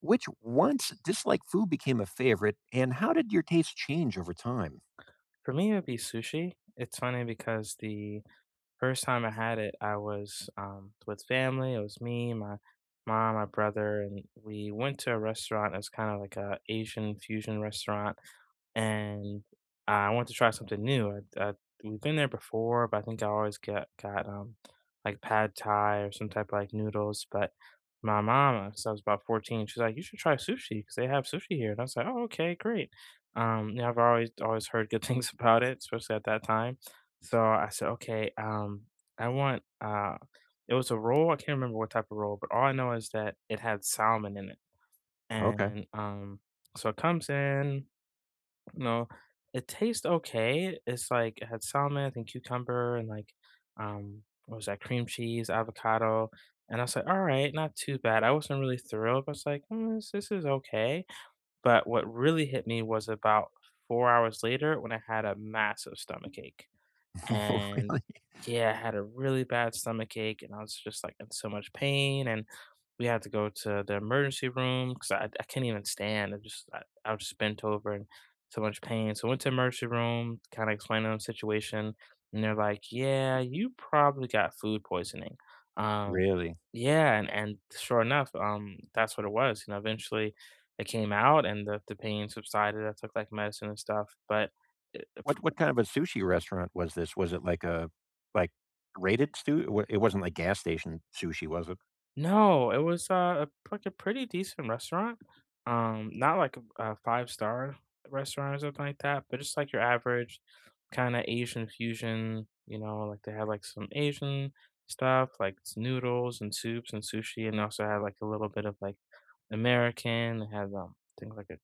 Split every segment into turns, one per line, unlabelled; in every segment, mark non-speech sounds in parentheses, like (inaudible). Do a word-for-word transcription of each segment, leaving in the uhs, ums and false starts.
Which once disliked food became a favorite, and how did your taste change over time?
For me, it would be sushi. It's funny because the first time I had it, I was um, with family. It was me, my mom, my brother, and we went to a restaurant. It was kind of like a Asian fusion restaurant. And I want to try something new. I, I we've been there before, but I think I always get got um like pad thai or some type of like noodles. But my mom, since I was about fourteen, she's like, "You should try sushi because they have sushi here." And I was like, "Oh, okay, great." Um, you know, I've always always heard good (laughs) things about it, especially at that time. So I said, "Okay, um, I want uh." It was a roll. I can't remember what type of roll, but all I know is that it had salmon in it.
Okay.
And um, so it comes in. No, it tastes okay. It's like it had salmon and cucumber and like um what was that, cream cheese, avocado. And I was like, all right, not too bad. I wasn't really thrilled, but I was like, "Mm, this, this is okay. But what really hit me was about four hours later when I had a massive stomach ache.
(laughs) Oh,
And
really?
yeah, I had a really bad stomach ache and I was just like in so much pain. And we had to go to the emergency room because I, I can't even stand. I just I, I was just bent over and so much pain. So I went to emergency room, kind of explained them the situation, and they're like, "Yeah, you probably got food poisoning." Um,
Really?
yeah, and and sure enough, um, that's what it was. You know, eventually it came out and the the pain subsided. I took like medicine and stuff, but. eh,
What what kind of a sushi restaurant was this? Was it like a like rated stu it wasn't like gas station sushi, was it?
No, it was, uh, a like, a pretty decent restaurant. Um, not like a a five-star restaurant or something like that, but just, like, your average kinda Asian fusion, you know, like, they had, like, some Asian stuff, like, s noodles and soups and sushi, and also had, like, a little bit of, like, American. They had, um, I think, like, a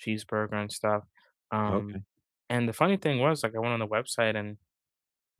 cheeseburger and stuff. Um,
Okay.
and the funny thing was, like, I went on the website and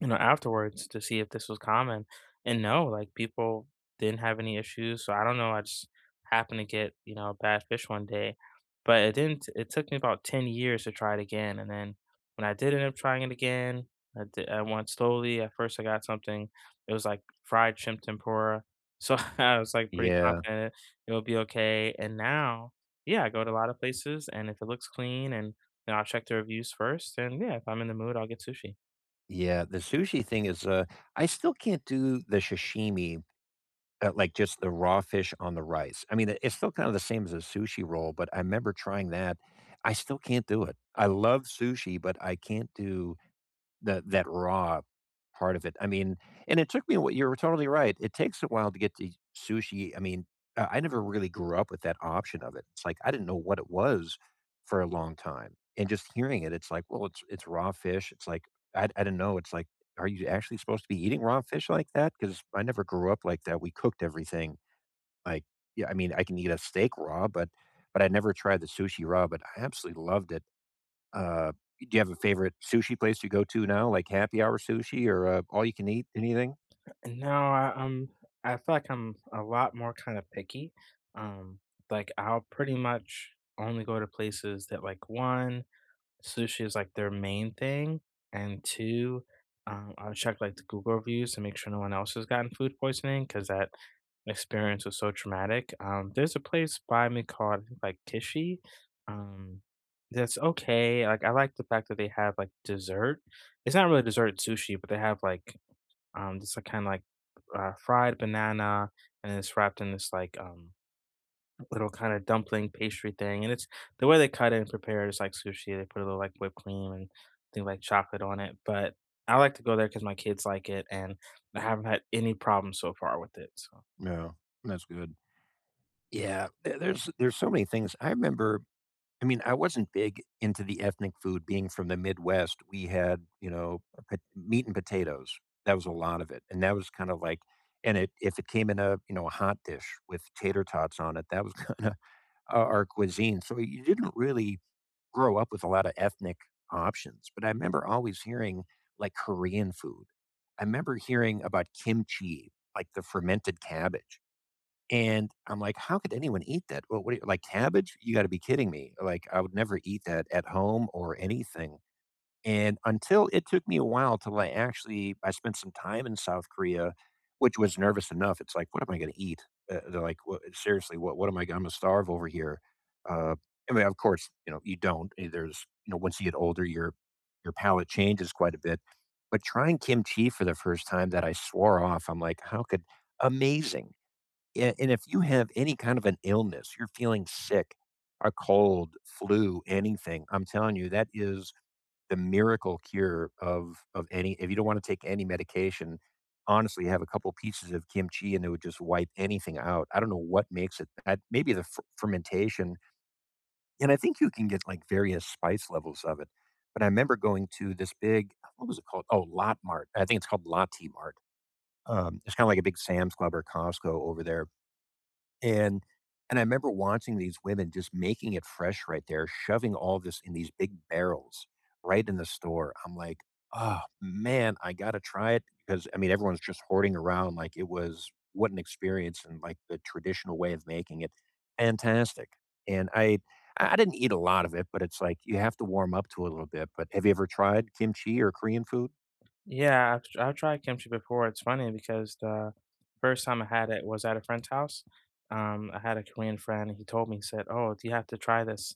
you know, afterwards to see if this was common. And no, like people didn't have any issues. So I don't know. I just happened to get, you know, a bad fish one day. But it didn't, it took me about ten years to try it again. And then when I did end up trying it again, I, did, I went slowly. At first, I got something, it was like fried shrimp tempura. So (laughs) I was like pretty
Yeah.
confident it'll be okay. And now, yeah, I go to a lot of places and if it looks clean and you know, I'll check the reviews first. And yeah, if I'm in the mood, I'll get sushi.
Yeah, the sushi thing is, uh I still can't do the sashimi, uh, like just the raw fish on the rice. I mean, it it's still kind of the same as a sushi roll, but I remember trying that. I still can't do it. I love sushi, but I can't do that that raw part of it. I mean, and it took me a wh you're totally right. It takes a while to get to sushi. I mean, uh, I never really grew up with that option of it. It's like, I didn't know what it was for a long time, and just hearing it, it's like, well, it's it's raw fish. It's like, I I don't know. It's like, are you actually supposed to be eating raw fish like that? Because I never grew up like that. We cooked everything. Like, yeah, I mean, I can eat a steak raw, but but I never tried the sushi raw, but I absolutely loved it. Uh, do you have a favorite sushi place you go to now, like happy hour sushi or uh, all you can eat? Anything?
No, I, um, I feel like I'm a lot more kind of picky. Um, like I'll pretty much only go to places that like one, sushi is like their main thing, and two, um, I'll check like the Google reviews to make sure no one else has gotten food poisoning because that experience was so traumatic. Um, there's a place by me called I think, like Kishi. Um, that's okay. Like I like the fact that they have like dessert. It's not really dessert sushi, but they have like um, just a kind of like uh, fried banana, and it's wrapped in this like um little kind of dumpling pastry thing. And it's the way they cut it and prepare it is like sushi. They put a little like whipped cream and thing like chocolate on it. But I like to go there because my kids like it, and I haven't had any problems so far with it. So.
No, that's good. Yeah, there- there's there's so many things. I remember. I mean, I wasn't big into the ethnic food. Being from the Midwest, we had, you know, pot- meat and potatoes. That was a lot of it, and that was kind of like, and it if it came in a, you know, a hot dish with tater tots on it, that was (laughs) kind of our our cuisine. So you didn't really grow up with a lot of ethnic options, but I remember always hearing like Korean food. I remember hearing about kimchi, like the fermented cabbage. And I'm like, how could anyone eat that? Well, what, do you- like cabbage? You got to be kidding me. Like, I would never eat that at home or anything and until it took me a while till I actually I spent some time in South Korea, which was nervous enough. It's like, what am I going to eat? Uh, they're like, "Wha- seriously, what what am I? I'm gonna starve over here. Uh, I mean, of course, you know, you don't. Eh, there's, you know, once you get older, your your palate changes quite a bit. But trying kimchi for the first time that I swore off, I'm like, how could amazing? Yeah, and if you have any kind of an illness, you're feeling sick, a cold, flu, anything, I'm telling you, that is the miracle cure of of any if you don't want to take any medication, honestly, have a couple pieces of kimchi and it would just wipe anything out. I don't know what makes it that maybe the f- fermentation, and I think you can get like various spice levels of it. But I remember going to this big, what was it called? Oh, Lot Mart. I think it's called Lati Mart. Um, it's kind of like a big Sam's Club or Costco over there and and I remember watching these women just making it fresh right there, shoving all this in these big barrels right in the store. I'm like, "Oh, man, I gotta try it," because, I mean, everyone's just hoarding around like it was what an experience and, like, the traditional way of making it. Fantastic. And I I didn't eat a lot of it, but it's like you have to warm up to it a little bit, but have you ever tried kimchi or Korean food?
Yeah, I've, tr- I've tried kimchi before. It's funny because the first time I had it was at a friend's house. Um, I had a Korean friend. And he told me, he said, "Oh, do you have to try this?"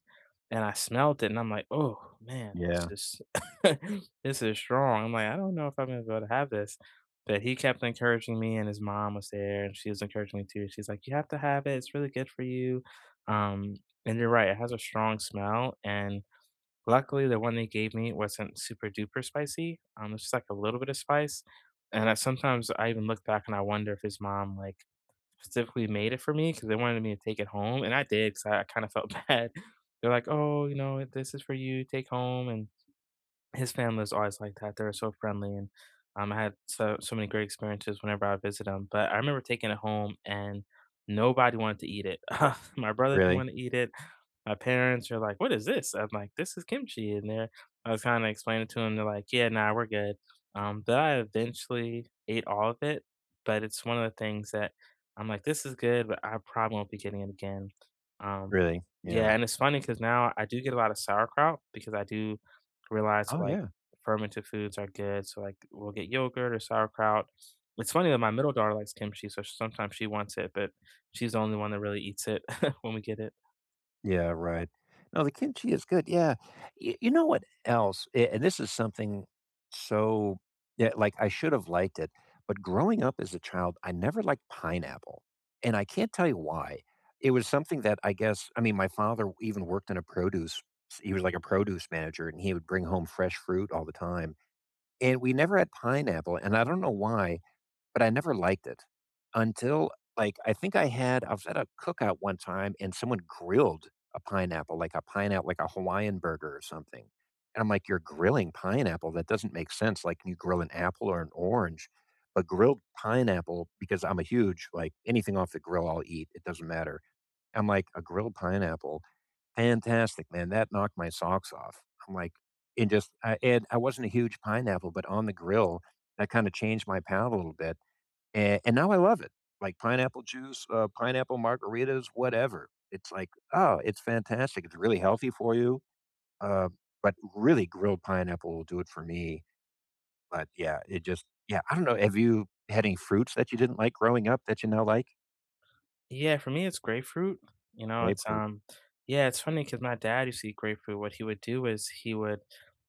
And I smelled it, and I'm like, "Oh man, this
Yeah.
is (laughs) this is strong." I'm like, "I don't know if I'm gonna be able to have this," but he kept encouraging me, and his mom was there, and she was encouraging me too. She's like, "You have to have it. It's really good for you." Um, and you're right; it has a strong smell, and luckily, the one they gave me wasn't super duper spicy, um, it's just, like, a little bit of spice, and I sometimes I even look back and I wonder if his mom, like, specifically made it for me because they wanted me to take it home, and I did because I kinda felt (laughs) bad. They're like, "Oh, you know, this is for you, take home," and his family is always like that, they are so friendly, and, um, I had so so many great experiences whenever I visit them. But I remember taking it home and nobody wanted to eat it. (laughs) My brother didn't
Really?
wanna eat it, my parents are like, "What is this?" I'm like, "This is kimchi," and they're I was kinda explaining to them. 'Em, they're like, "Yeah, nah, we're good." Um, but I eventually ate all of it, but it's one of the things that I'm like, "This is good, but I probably won't be getting it again." Um,
Really? Yeah.
yeah, and it's funny because now I do get a lot of sauerkraut because I do realize that,
Oh,
like,
yeah.
fermented foods are good, so, like, we'll get yogurt or sauerkraut. It's funny that my middle daughter likes kimchi, so sometimes she wants it, but she's the only one that really eats it (laughs) when we get it.
Yeah, right. No, the kimchi is good, yeah. Y you know what else? A and this is something so yeah, like, I should have liked it, but growing up as a child, I never liked pineapple, and I can't tell you why. It was something that I guess I mean, my father even worked in a produce he was like a produce manager, and he would bring home fresh fruit all the time, and we never had pineapple, and I don't know why, but I never liked it until, like, I think I had I was at a cookout one time and someone grilled a pineapple, like a pineapple like a Hawaiian burger or something. And I'm like, "You're grilling pineapple? That doesn't make sense. Like, can you grill an apple or an orange, but grilled pineapple" because I'm a huge like, anything off the grill I'll eat, it doesn't matter. I'm like, "A grilled pineapple? Fantastic, man. That knocked my socks off." I'm like and just I and I wasn't a huge pineapple, but on the grill, that kinda changed my palate a little bit. And and now I love it, like pineapple juice, uh, pineapple margaritas, whatever. It's like, oh, it's fantastic. It's really healthy for you. Uh, but really, grilled pineapple will do it for me. But yeah, it just, yeah, I don't know. Have you had any fruits that you didn't like growing up that you now like?
Yeah, for me, it's grapefruit. You know, it's
Grapefruit.
um, Yeah, it's funny because my dad used to eat grapefruit. What he would do is he would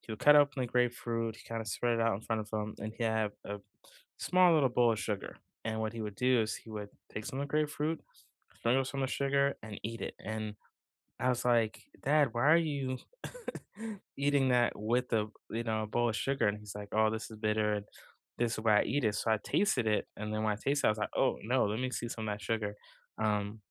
he would cut open the grapefruit, he kind of spread it out in front of him, and he had a small little bowl of sugar. And what he would do is he would take some of the grapefruit, sprinkle some of the sugar, and eat it. And I was like, Dad, why are you (laughs) eating that with a you know a bowl of sugar? And he's like, Oh, this is bitter, and this is why I eat it. So I tasted it, and then when I tasted, it, I was like, Oh no, let me see some of that sugar. Um,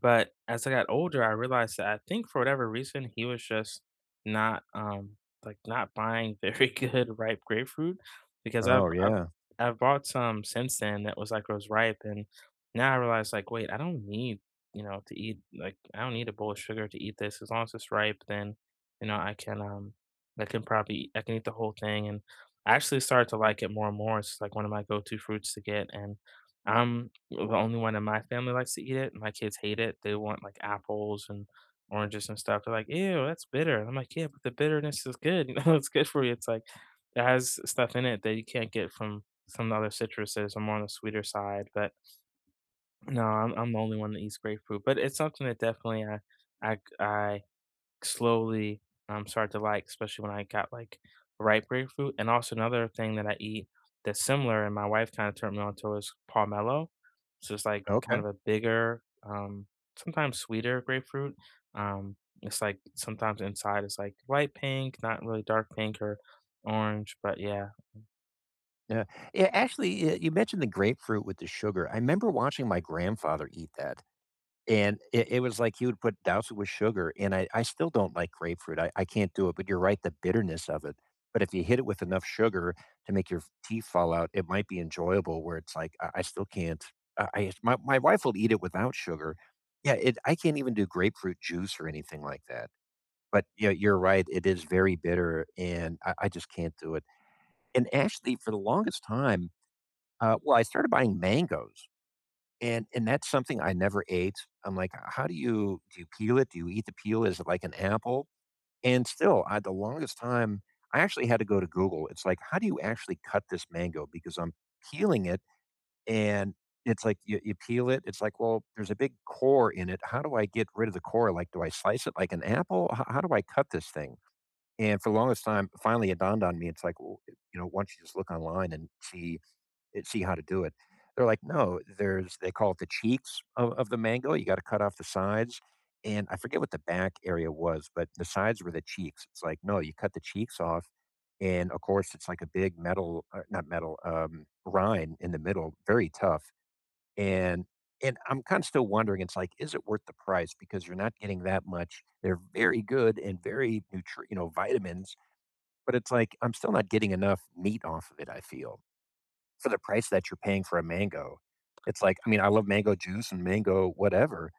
but as I got older, I realized that I think for whatever reason, he was just not um like not buying very (laughs) good ripe grapefruit because I've
Oh,
I've
yeah.
I've bought some since then that was like it was ripe and now I realize like wait, I don't need, you know, to eat like I don't need a bowl of sugar to eat this. As long as it's ripe, then you know, I can um I can probably I can eat the whole thing and I actually started to like it more and more. It's like one of my go-to fruits to get and I'm the only one in my family likes to eat it. My kids hate it. They want like apples and oranges and stuff. They're like, "Ew, that's bitter." And I'm like, "Yeah, but the bitterness is good. (laughs) You know, it's good for you." It's like it has stuff in it that you can't get from some other citruses. I'm more on the sweeter side, but no, I'm I'm the only one that eats grapefruit. But it's something that definitely I I I slowly, um, start to like, especially when I got like ripe grapefruit. And also another thing that I eat that's similar and my wife kind of turned me on to is pomelo. So it's like kind
Okay.
of a bigger, um, sometimes sweeter grapefruit. Um, it's like sometimes inside it's like light pink, not really dark pink or orange, but yeah.
Yeah. Yeah. Actually, y- you mentioned the grapefruit with the sugar. I remember watching my grandfather eat that, and it it was like he would put douse it with sugar, and I I still don't like grapefruit, I I can't do it, but you're right, the bitterness of it. But if you hit it with enough sugar to make your teeth fall out, it might be enjoyable where it's like, I I still can't. I I my my wife will eat it without sugar. Yeah, it I can't even do grapefruit juice or anything like that. But, yeah, you're right, it is very bitter, and I I just can't do it. And actually, for the longest time, uh well, I started buying mangoes. And and that's something I never ate. I'm like, how do you do you peel it? Do you eat the peel? Is it like an apple? And still, I the longest time I actually had to go to Google. It's like, how do you actually cut this mango? Because I'm peeling it and it's like you, you peel it. It's like, well, there's a big core in it. How do I get rid of the core? Like, do I slice it like an apple? How, how do I cut this thing? And for the longest time, finally it dawned on me. It's like, well, you know, why don't you just look online and see and see how to do it. They're like, no, there's they call it the cheeks of, of the mango. You got to cut off the sides. And I forget what the back area was, but the sides were the cheeks. It's like, no, you cut the cheeks off. And of course, it's like a big metal, uh, not metal, um, rind in the middle, very tough. And and I'm kind of still wondering, it's like, is it worth the price? Because you're not getting that much. They're very good and very nutri, you know, vitamins, but it's like I'm still not getting enough meat off of it. I feel for the price that you're paying for a mango. It's like, I mean, I love mango juice and mango whatever,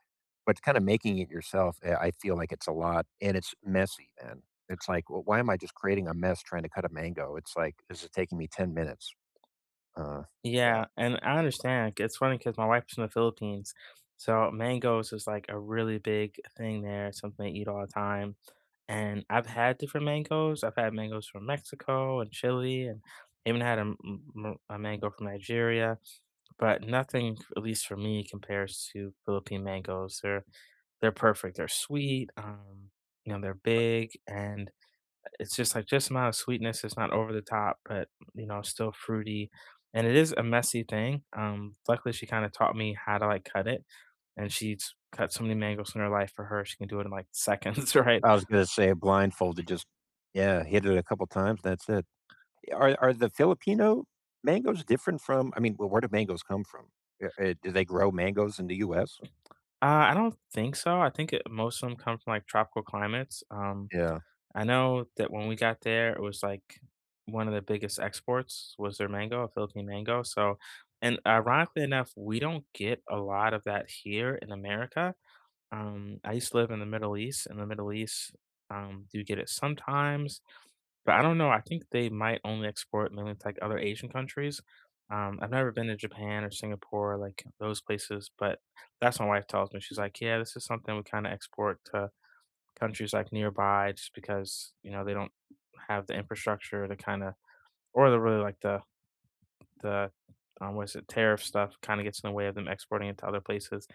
but kind of making it yourself, eh, I feel like it's a lot and it's messy, man. It's like, well, why am I just creating a mess trying to cut a mango? It's like, this is taking me ten minutes. Uh, yeah.
Yeah, and I understand. It's funny because my wife's from the Philippines, so mangoes is like a really big thing there, something they eat all the time. And I've had different mangoes. I've had mangoes from Mexico and Chile, and even had a, m- m- a mango from Nigeria, but nothing, at least for me, compares to Philippine mangoes. They're they're perfect. They're sweet. Um, you know, they're big, and it's just like just amount of sweetness. It's not over the top, but you know, still fruity. And it is a messy thing. Um, luckily, she kind of taught me how to like cut it, and she's cut so many mangoes in her life. For her, she can do it in like (laughs) seconds, right?
I was going to say blindfolded, just, yeah, hit it a couple times. That's it. Are, are the Filipino mangoes different from, I mean, well, where do mangoes come from? Eh, eh, do they grow mangoes in the U S?
Uh, I don't think so. I think it, most of them come from like tropical climates. Um,
Yeah,
I know that when we got there, it was like one of the biggest exports was their mango, Philippine mango. So, and ironically enough, we don't get a lot of that here in America. Um, I used to live in the Middle East. In the Middle East, um, you get it sometimes, but I don't know, I think they might only export mainly to, like, other Asian countries. Um, I've never been to Japan or Singapore, like, those places, but that's what my wife tells me. She's like, "Yeah, this is something we kinda export to countries, like, nearby just because, you know, they don't have the infrastructure to kinda or the really, like, the the, um, what is it, tariff stuff kind of gets in the way of them exporting it to other places.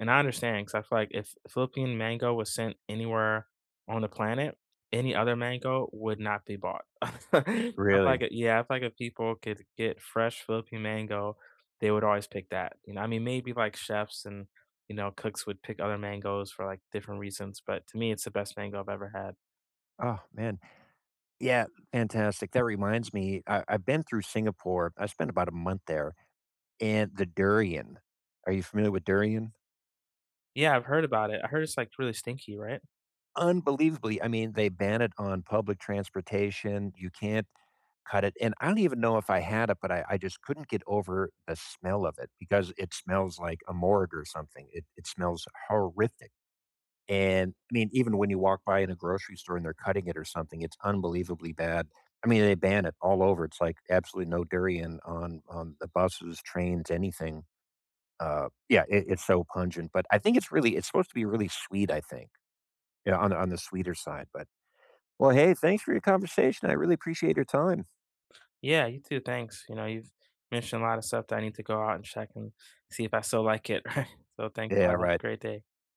And I understand because I feel like if Philippine mango was sent anywhere on the planet, any other mango would not be bought. (laughs) I feel
really.
like, it- yeah, I feel like if people could get fresh Philippine mango, they would always pick that. You know, I mean, maybe like chefs and, you know, cooks would pick other mangoes for like different reasons, but to me, it's the best mango I've ever had.
Oh, man. Yeah, fantastic. That reminds me, I, I've been through Singapore. I spent about a month there, and the durian. Are you familiar with durian?
Yeah, I've heard about it. I heard it's like really stinky, right?
Unbelievably, I mean, they ban it on public transportation. You can't cut it. And I don't even know if I had it, but I, I just couldn't get over the smell of it because it smells like a morgue or something. It, it smells horrific. And I mean, even when you walk by in a grocery store and they're cutting it or something, it's unbelievably bad. I mean, they ban it all over. It's like absolutely no durian on on the buses, trains, anything. Uh, yeah, it, it's so pungent. But I think it's really it's supposed to be really sweet. I think yeah, on the- on the sweeter side. But well, hey, thanks for your conversation. I really appreciate your time.
Yeah, you too. Thanks. You know, you've mentioned a lot of stuff that I need to go out and check and see if I still like it. (laughs) Right. So thanks. I
Yeah,
have a
right.
great day.